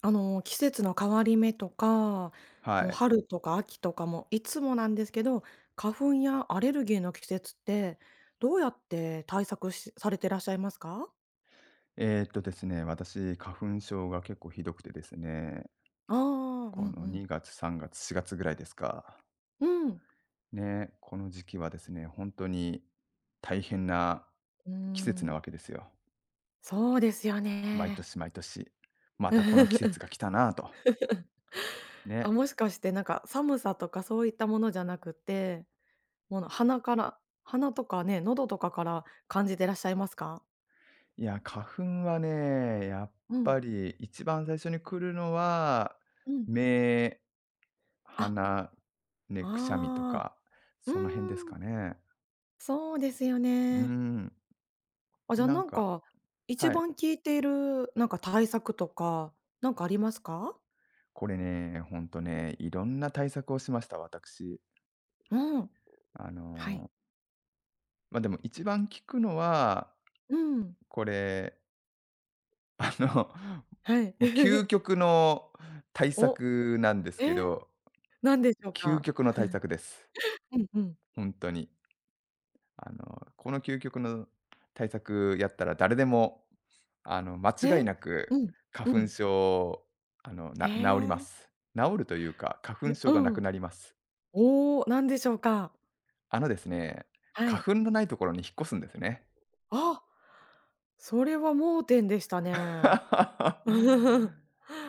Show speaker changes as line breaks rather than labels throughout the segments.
季節の変わり目とか、
は
もう
い。
春とか秋とかもいつもなんですけど、花粉やアレルギーの季節って、どうやって対策しされてらっしゃいますか？
ですね、私、花粉症が結構ひどくてですね、
ああー、う
こ
ん
の
うん。
2月、3月、4月ぐらいですか。
うん。
ね、この時期はですね、本当に大変な
うー
季節な
ん。
わけですよ。
そうですよ
毎
ね。
年毎年。またこの季節が来 たなぁと。
あ、
ね。
もしかして寒さとかそういったものじゃなくて、もう鼻とかね、喉とかから感じてらっしゃいますか？
いや、花粉はね、やっ
うん、うん。
ぱり一番最初に来るのは、
うん。
目、
あ、
鼻、ね、くしゃみと
ああ。
か、
う
その辺です
ー
か
ん。
ね。
そうですよ
う
ね。
ん。
あ、じゃあ
なんか、
一
はい。
番効いている対策とか、なんかありますか？
これね、ほんとね、いろんな対策をしました、私。
うん。
あ
はい。
の、でも一番効くのは、
うん。
これ、あの、
はい。
もう究 極の対
お、
策なんです
え
け
ー、
ど、
何でしょう
究
か？
極の対策です。
うんうん。
ほんとに。この究極の対策やったら誰でも、間違い
え？
なく
うん。う
花粉
ん。
症、
へえ
治りま
ー。
す。治るというか、花粉
え、
症がな
う
く
ん。
なります。
おーな何でしょうか？
あのですね、
は
花
い。
粉のないところに引っ越すんですね。
あ、それは盲点でした ね。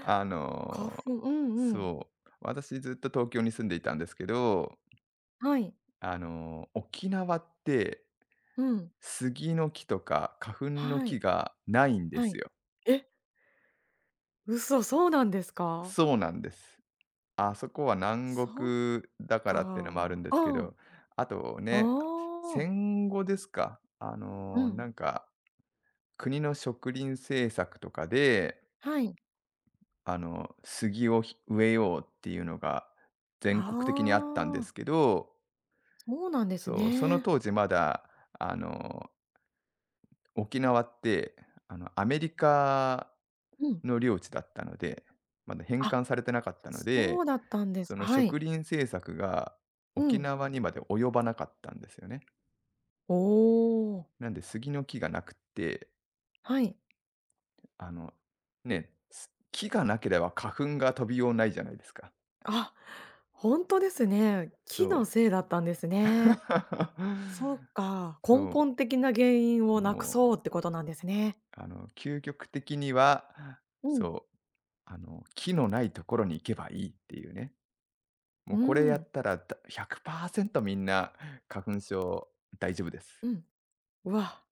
あ
花
の、
粉うんうん。
そう、私ずっと東京に住んでいたんですけど、
はい。
あの、沖縄って
うん。
杉の木とか花粉の
は
木
い。
がないんで
は
す
い。
よ。
え？嘘、そうなんですか？
そうなんです。あそこは南
そっ
国だか
か。
らっていうのもある
あ
んですけ
あ、
ど、あと
あ
ね、
あ、
戦後ですか、
うん、
国の植林政策とかで、
はい。
あの、杉を植えようっていうのが全
あ
国的にあったんです
あ、
けど、
そうなんです
そう、その
ね。
当時まだ、あの、沖縄って、あの、アメリカ
うん。
の領地だったので、まだ返
あ、
還されてなかったの
そ
で、
うだったんです
その
は
植
い。
林政策が
う
沖
ん。
縄にまで及ばなかったんですよね。
おお、
なんで杉の木がなくって、
はい。
あの、ね、木がなければ花粉が飛びようないじゃないですか。
あ、ほんとですね。木
そ
の
う。
せいだったんですね。そう か、根
そう。
本的な原因をなく
も
そうっ
う、
てことなんですね。
あの、究極的には、
うん、
そう、木のないところに行けばいいっていうね。も
う
う
ー
これや
ん、
ったら、だ100%みんな花粉症大丈夫です。
うん。うわ、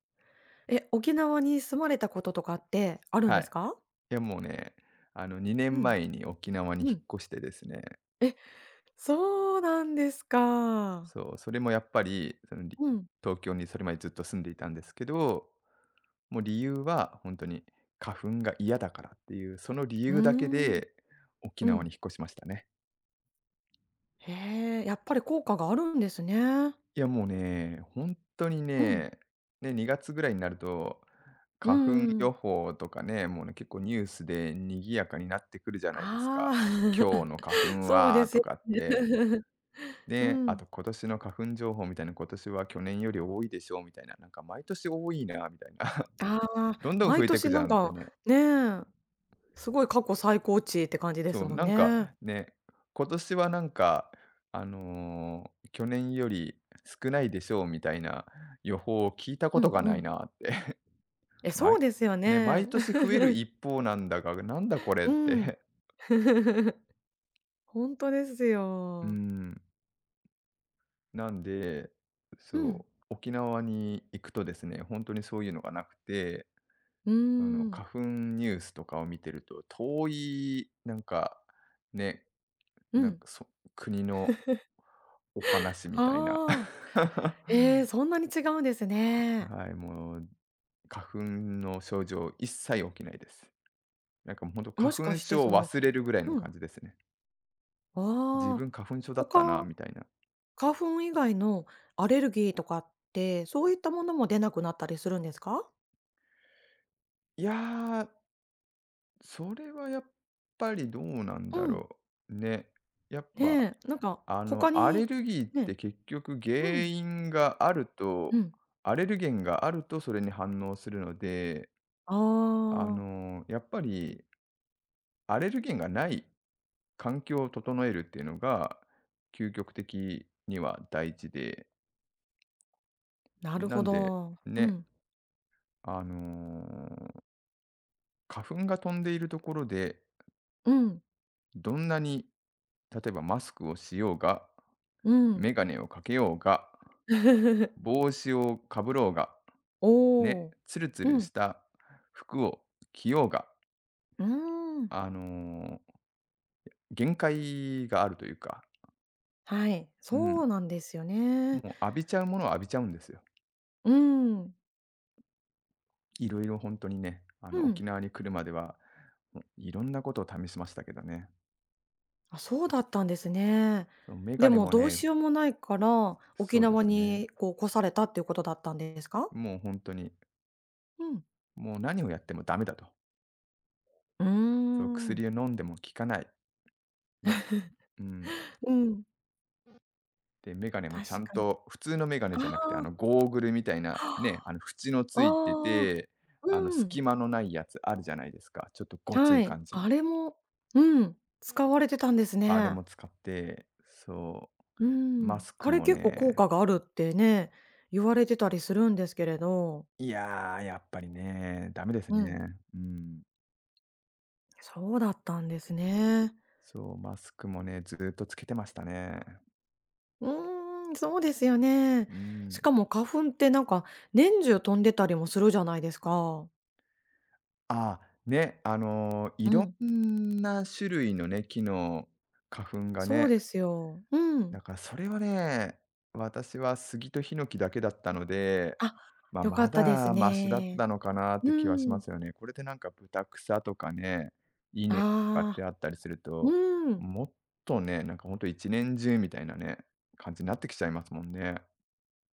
え、沖縄に住まれたこととかってあるん
は
です
い。
か？
いや、もうね、あの、2
う
年
ん、
前に沖縄に
う
引っ
ん。
越してですね、
え、そうなんですか。
そう、それもやっぱり、その、り
うん。
東京にそれまでずっと住んでいたんですけど、もう理由は本当に花粉が嫌だからっていう、その理
うー
由だけ
ん。
で沖
う
縄に
ん。
引っ越しましたね。
へえ、やっぱり効果があるんですね。
いや、もうね、本当に
うん、
ね、ね、2月ぐらいになると、
うん
花粉
うん
予報とかね、もうね、結構ニュースで賑やかになってくるじゃないです
あ
か。今日
あ、
の 花粉
そうで
は
す
と
よ
かっ
ね。
て、
う
で、あ
ん。
と今年の花粉情報みたいな、今年は去年より多いでしょうみたいな、なんか毎年多いなみたいな、
ああ、
どんどん増
毎
えてく
年
じ
な
ゃ
ん
んって
か、
ね。
ねえ、すごい過去最高値って感じで
そ
す
う、
もん
なん
ね。
かね、今年はなんか、去年より少ないでしょうみたいな予報を聞いたこ
う
と
ん
が
う
ない
ん。
なって。
え、そう
毎
ですよ
ね、
ね。
毎年増 える一方なんだが、なんだこれっ
うん。
て。
本当です
う
よ。
ん。なんで、
うん。
そう、沖縄に行くとですね、本当にそういうのがなくて、
うー
その、
ん。
花粉ニュースとかを見てると、遠いね、
う
なん
ん。
か、そ国のお話みたいな。
ああ。ええ、そんなに違うんですね。
はい、もう、花粉の症状一切起きないです。なんかもう本当
もし
花
か
粉
して
症を
その
忘れるぐらいの
うん、
感じですね。自
ああ、
分花粉症だったな
他、
みたいな。
花粉以外のアレルギーとかって、そういったものも出なくなったりするんですか？
いやー、それはやっぱりどうなんだ
うん、
ろう。ね。やっぱ、
ね、なんか
あの、
他
アレ
に
ルギーって
ね、
結局
う
原
ん、
因がある
う
と
ん。
アレルゲンがあるとそれに反応するので、
あ
あ
あ、
の、やっぱりアレルゲンがない環境を整えるっていうのが、究極的には大事で、
なる
な
ほ
んで、
ど。う
ね、
ん、
あの、花粉が飛んでいるところで、
うん、
どんなに例えばマスクをしようが、
うん。
メガネをかけようが、帽子をかぶろうが、
お
ね、
お、
ツルツ
う
ルし
ん、
た服を着ようが、
うーん、
あの、限界があるというか、
はい、
う
そ
ん、
うなんですよね。
もう浴びちゃうものは浴びちゃうんですよ。
うん、
いろいろ本当にね、あ
う
の、沖
ん。
縄に来るまでは、もういろんなことを試しましたけどね。
あ、そうだったんですね。
そのメガ
で
ネ
も
も
どう
ね、
しようもないから、
そ
沖
うで
縄
すね、
にこう越されたっていうことだったんですか？
もう本当に、
うん。
もう何をやってもダメだと。
うー
そう、
ん。
薬を飲んでも効かない、ね、うん。
うん、
で、メガネも
確
ちゃん
かに。
と普通のメガネ
あ
じゃなくて、あ
あ、
の、ゴーグルみたいな、ね、あの、縁のついて
ああ、
て、
う
隙
ん、
間のないやつあるじゃないですか。ちょっとごつ
は
い
い。
感じ
あ
の。
れもうん、使われてたんです
あれ
ね。
も使って、そう、
う
マ
ん。
スク
あれ
も
結構効
ね、
果があるってね、言われてたりするんですけれど。
いやー、やっぱりね、ダメです
うん、
ね。うん。
そうだったんですね。
そう、マスクもね、ずーっとつけてましたね。
うーん、そうですよね。
う
し
ん。
かも花粉って年中飛んでたりもするじゃないですか。
ああ、い
う
ろ
ん、
んな種類のね、木の花粉が
そう
ね、
ですよ。う
だ
ん。
からそれはね、私は杉とヒノキだけだったので、
あ、
まあ、
良か
ま
ったです
だマシだっ
ね。
たのかなっ
う
て気はしま
ん。
すよね。これでなんかブタとかね、イネとかっ
あ
て
あ、
あったりすると、
うん。
もっとね、なんかほんと一年中みたいなね、感じになってきちゃいますもんね。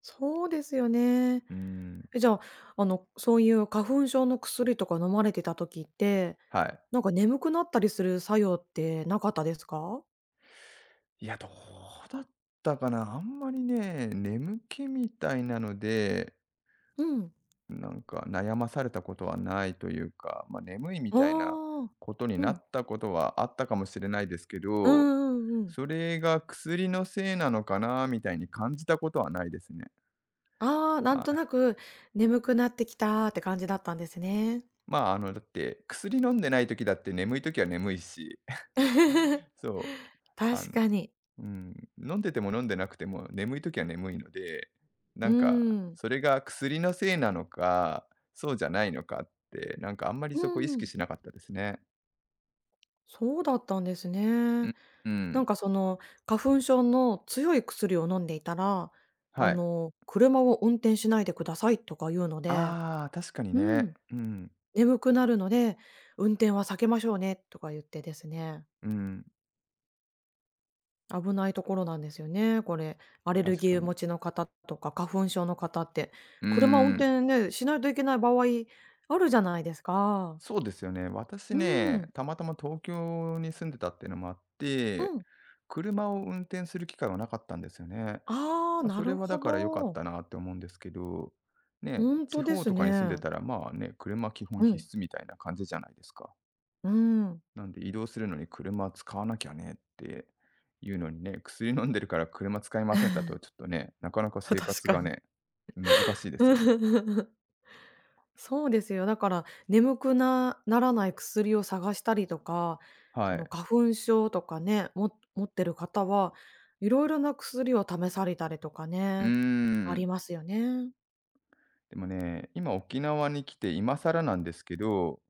そうですよね。
うん、
え、じゃあ、そういう花粉症の薬とか飲まれてた時って、
はい。
眠くなったりする作用ってなかったですか？
いや、どうだったかな、あんまりね、眠気みたいなので
うん。
なんか悩まされたことはないというか、まあ、眠いみたいな
ああ。
ことに
う
な
ん。
ったことはあったかもしれないですけ
うん
ど、
うんうん
それが薬のせいなのかなみたいに感じたことはないですね。
ああ、なんとな
あ、
く眠くなってきたって感じだったんですね。
まあ、あの、だって薬飲んでない時だって眠い時は眠いし、そう、あの、
確かに。
うん、飲んでても飲んでなくても眠い時は眠いので、な
う
んか
ん。
それが薬のせいなのか、そうじゃないのかって、なんかあんまり
う
そこ意識
ん。
しなかったですね。
そうだったんです
う
ね。
ん、う
なん
ん。
かその、花粉症の強い薬を飲んでいたら、
はい。
車を運転しないでくださいとか言うので、
ああ、確かに
う
ね。
ん、
うん、
眠くなるので、運転は避けましょうねとか言ってですね
うん、
危ないところなんですよね、これ。アレル
確か
ギー
に。
持ちの方とか、花粉症の方って、
うー
車運
ん、
転ね、しないといけない場合あるじゃないですか。
そうですよね。私
う
ね、
ん。
たまたま東京に住んでたっていうのもあっ
う
て、
ん。
車を運転する機会はなかったんですよね。
ああ、
あ、
な
それ
る
はだ
ほ
から良かっ
ど。
たなって思うんですけど、ね、
ほん
地
とで
方
す
とかに住んで
ね。
たら、まあね、車基本
うん。
必須みたいな感じじゃないですか。
うん。
なんで移動するのに車使わなきゃねっていうのにね、薬飲んでるから車使いませんだ とちょっとね、なかなか生
確
活
か
が
に。
ね、難しいですよね。
そうですよ。だから、眠くなならない薬を探したりとか、
は
その
い。
花粉症とかね、も持ってる方は、いろいろな薬を試されたりとか
うー
ね、あ
ん。
りますよね。
でもね、今沖縄に来て今更なんですけど、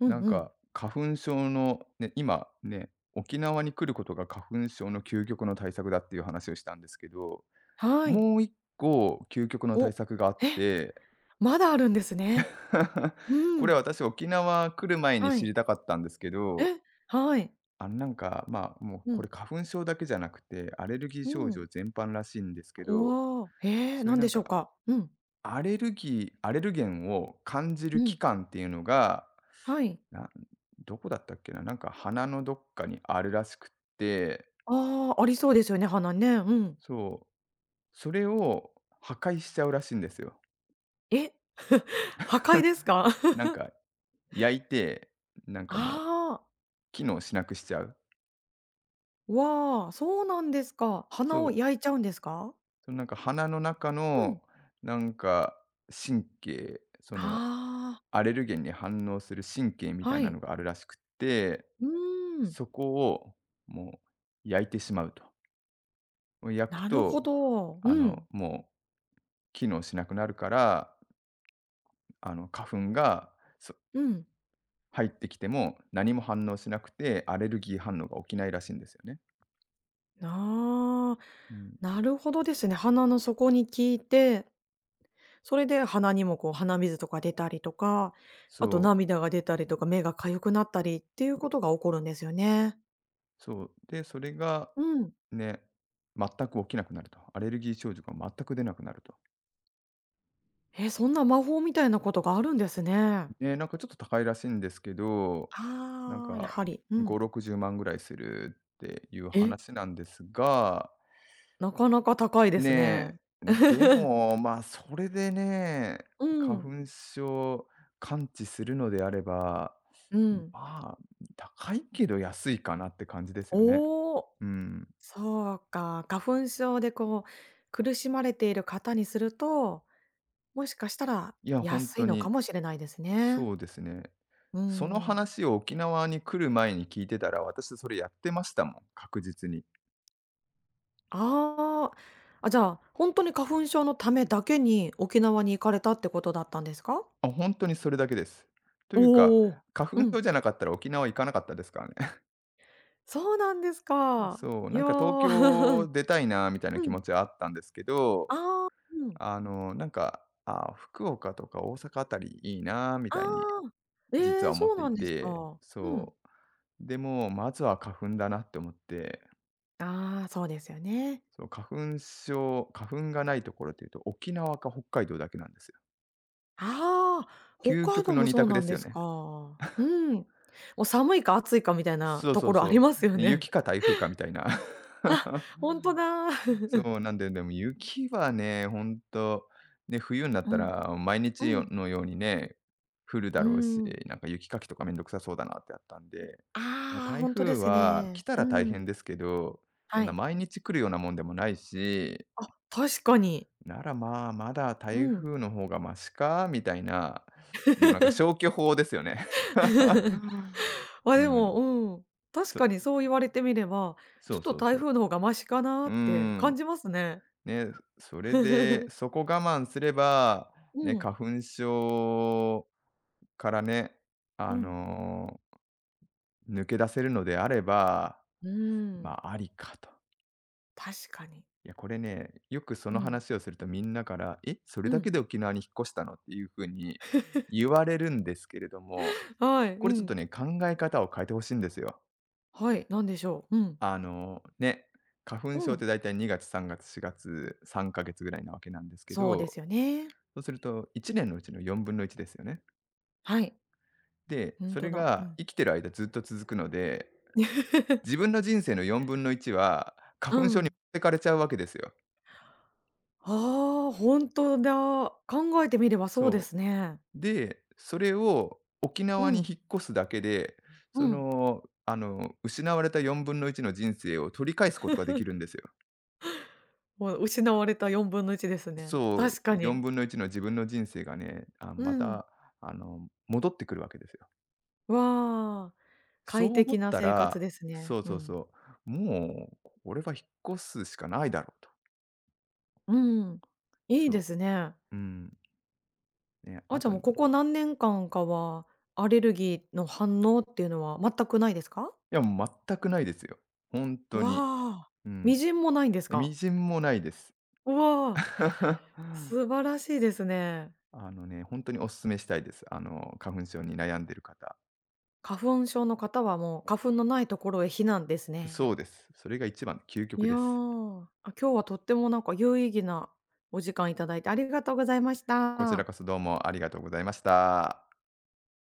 うん
なん
うん。
か花粉症の、ね、今ね、沖縄に来ることが花粉症の究極の対策だっていう話をしたんですけど、
はい。
もう一個究極の
お、
対策があっ
え、
て、
まだあるんですね。う
これ
ん。
私沖縄来る前に
は
知
い。
りたかったんですけど、
え、はい。
もう
う
これ
ん。
花粉症だけじゃなくて、アレルギー
う
症
ん。
状全般らしいんですけど、
おお、
そういう
何
な
で
ん
しょう
か、
か？うん。
アレルギーアレルゲンを感じる
う
器
ん。
官っていうのが、
はい。
などこだったっけな、なんか鼻のどっかにあるらしくって、
ああ、ありそうですよね、鼻ね。うん。
そう、それを破壊しちゃうらしいんですよ。
え、破壊です か？
なんか焼いて、なんかもう
ああ、
機能しなくしちゃう。
わあ、そうなんですか。鼻
そ
を
う。
焼いちゃうんですか？
そのなんか鼻の中
うん。
の、なんか神経、その
あ
アレルゲンに反応する神経み
あ、
た
は
いな
い。
のがあるらしくって、
うーん、
そこをもう焼いてしまうと。もう焼く
なるほ
と、
ど。
あ
う
の、
ん、
もう機能しなくなるから、花粉がそ
うん。
入ってきても何も反応しなくて、アレルギー反応が起きないらしいんですよね。
ああ、
うん。
なるほどですね。鼻の底に効いて、それで鼻にもこう鼻水とか出たりとか、あと
そう、
涙が出たりとか、目が痒くなったりっていうことが起こるんですよね。
そう。で、それが
うん。
ね、全く起きなくなると。アレルギー症状が全く出なくなると。
え、そんな魔法みたいなことがあるんですね。
ね、なんかちょっと高いらしいんですけど、なん
ああ、や
か
はり。う
5、
ん。
60万ぐらいするっていう
え？
話なんですが、
なかなか高いで
ね
すね。
え、で も、ま、それでね、
う
花
ん、
粉症完治するのであれば、
うん。
まあ、高いけど安いかなって感じですよね。
おお、
うん。
そうか。花粉症でこう、苦しまれている方にすると、もしかしたら
いや、本
安い
当
のか
に、
もしれないですね。
そうですね。
う
その
ん。
話を沖縄に来る前に聞いてたら、私それやってましたもん、確実に。
ああ、あ、じゃあ、本当に花粉症のためだけに沖縄に行かれたってことだったんですか？
あ、本当にそれだけです。というか、
おお
花粉
ー、うん。
症じゃなかったら沖縄行かなかったですからね。
そうなんです か。
そう、
い
なん
や
か東京
ー。
出たいなみたい な
う
気
ん。
持ちはあったんですけど、
ああ、うん。
あの、なんか、福岡とか大阪あたりいいなみ
あ
たいに
あ。え
実は
え、
思っ
そう
て
な
い
んです
て、
か。うん。
そう。でも、まずは花粉だなって思って、
ああ、そうですよね。
そう、花粉がないところっていうと、沖縄か北海道だけなんですよ。
ああ、北
究
海
極
道
の
も
二
そう
択
な
で
ん
す
で
よ
す
ね。
か。うん。もう寒いか暑いかみたいな
そう
と
そ
こ
う
ろあり
そ
ますよ
う。
ね。
雪か台風かみたいな。
あ、ほんとだ。
そう、なんで、でも雪はね、ほんと、ね、冬になっ
う
た
ん。
ら毎日
う
よ
ん。
のようにね、降るだ
うー
ろうし、
ん。
なんか雪かきとかめんどくさそうだなってあったんで、ま、
ああ、
台
ほんと
風
です
は来
ね。
た
う
ら大変
ん。
ですけど、そ
は
んな
い。
毎日来るようなもんでもないし、
あ、確かに。
なら、まあ、まだ
う
台
ん。
風の方がマシかみたいな、もうなんか消去法ですよね。
あ、
う
で
ん、
も、うん。確
そ
かにそう言われてみれば、
そ
ちょ
う
っと
そう
台
そう。
風の方がマシかな
うー
って感
ん。
じますね。
ね、それで、そこ我慢すれば、ね、
うん。
花粉症からね、
う
あ
ん。
の、抜け出せるのであれば、
うー
ま
ん、
あ、ありかと。
確かに。
いや、これね、よくそ
う
の
ん、
話をするとみんなから、「え、それ
う
だけ
ん。
で沖縄に引っ越したの？」っていう風に言われるんですけれども、
はい、
こ
う
れちょっと
ん。
ね、考え方を変えてほしいんですよ。
はい、何でしょう。うん。
あの、ね、花粉
う
症っ
ん。
てだいたい2月、3月、4月、3ヶ月ぐらいなわけなんですけ
そうで
ど、
すよね。
そうすると1年のうちの4分の1ですよね。
はい、
で、
ほん
それ
とだ。う
が
ん。
生きてる間ずっと続くので、自分 の人生の1/4は
う
花粉症に持
ん。
ってかれちゃうわけですよ。
ああ、ほんとだ。考えてみればそうで
そ
すね。
う。で、それを沖
う
縄に
ん、
引っ越すだけで、
う
そ
ん。
の、あの、失われた1分のいちの人生を取り返すことができるんですよ。
もう失われた1/4ですね。
そう、
確か
1
に。
分のいちの自分の人生がね、あ、
う
ま
ん。
た、あの、戻ってくるわけですよ。
わあ、
そう
快
思っ
適な
た
生活
ら
ですね。
そう
う
そう
ん。
そう、もう、俺は引っ越すしかないだろうと。
うん。いいで
そ
すね。
う。うん。ね、
あ、
あ
じゃ
と、
あ
い
もうここ何年間かは、アレルギーの反応っていうのは全くないですか？
や、もう全くないですよ。本当に。
わあ、
うん。
みじんもないんです
微
か？
塵もないです。
わあ、素晴らしいですね。
あのね、本当にお勧めしたいです。あの、花粉症に悩んでる方。
花粉症の方はもう花粉のないところへ避難ですね。
そうです。それが一番、究
い
極
や
です。
ー、あ、今日はとってもなんか有意義なお時間いただいてありがとうございまし
こちら
た。
こそどうもありがとうございました。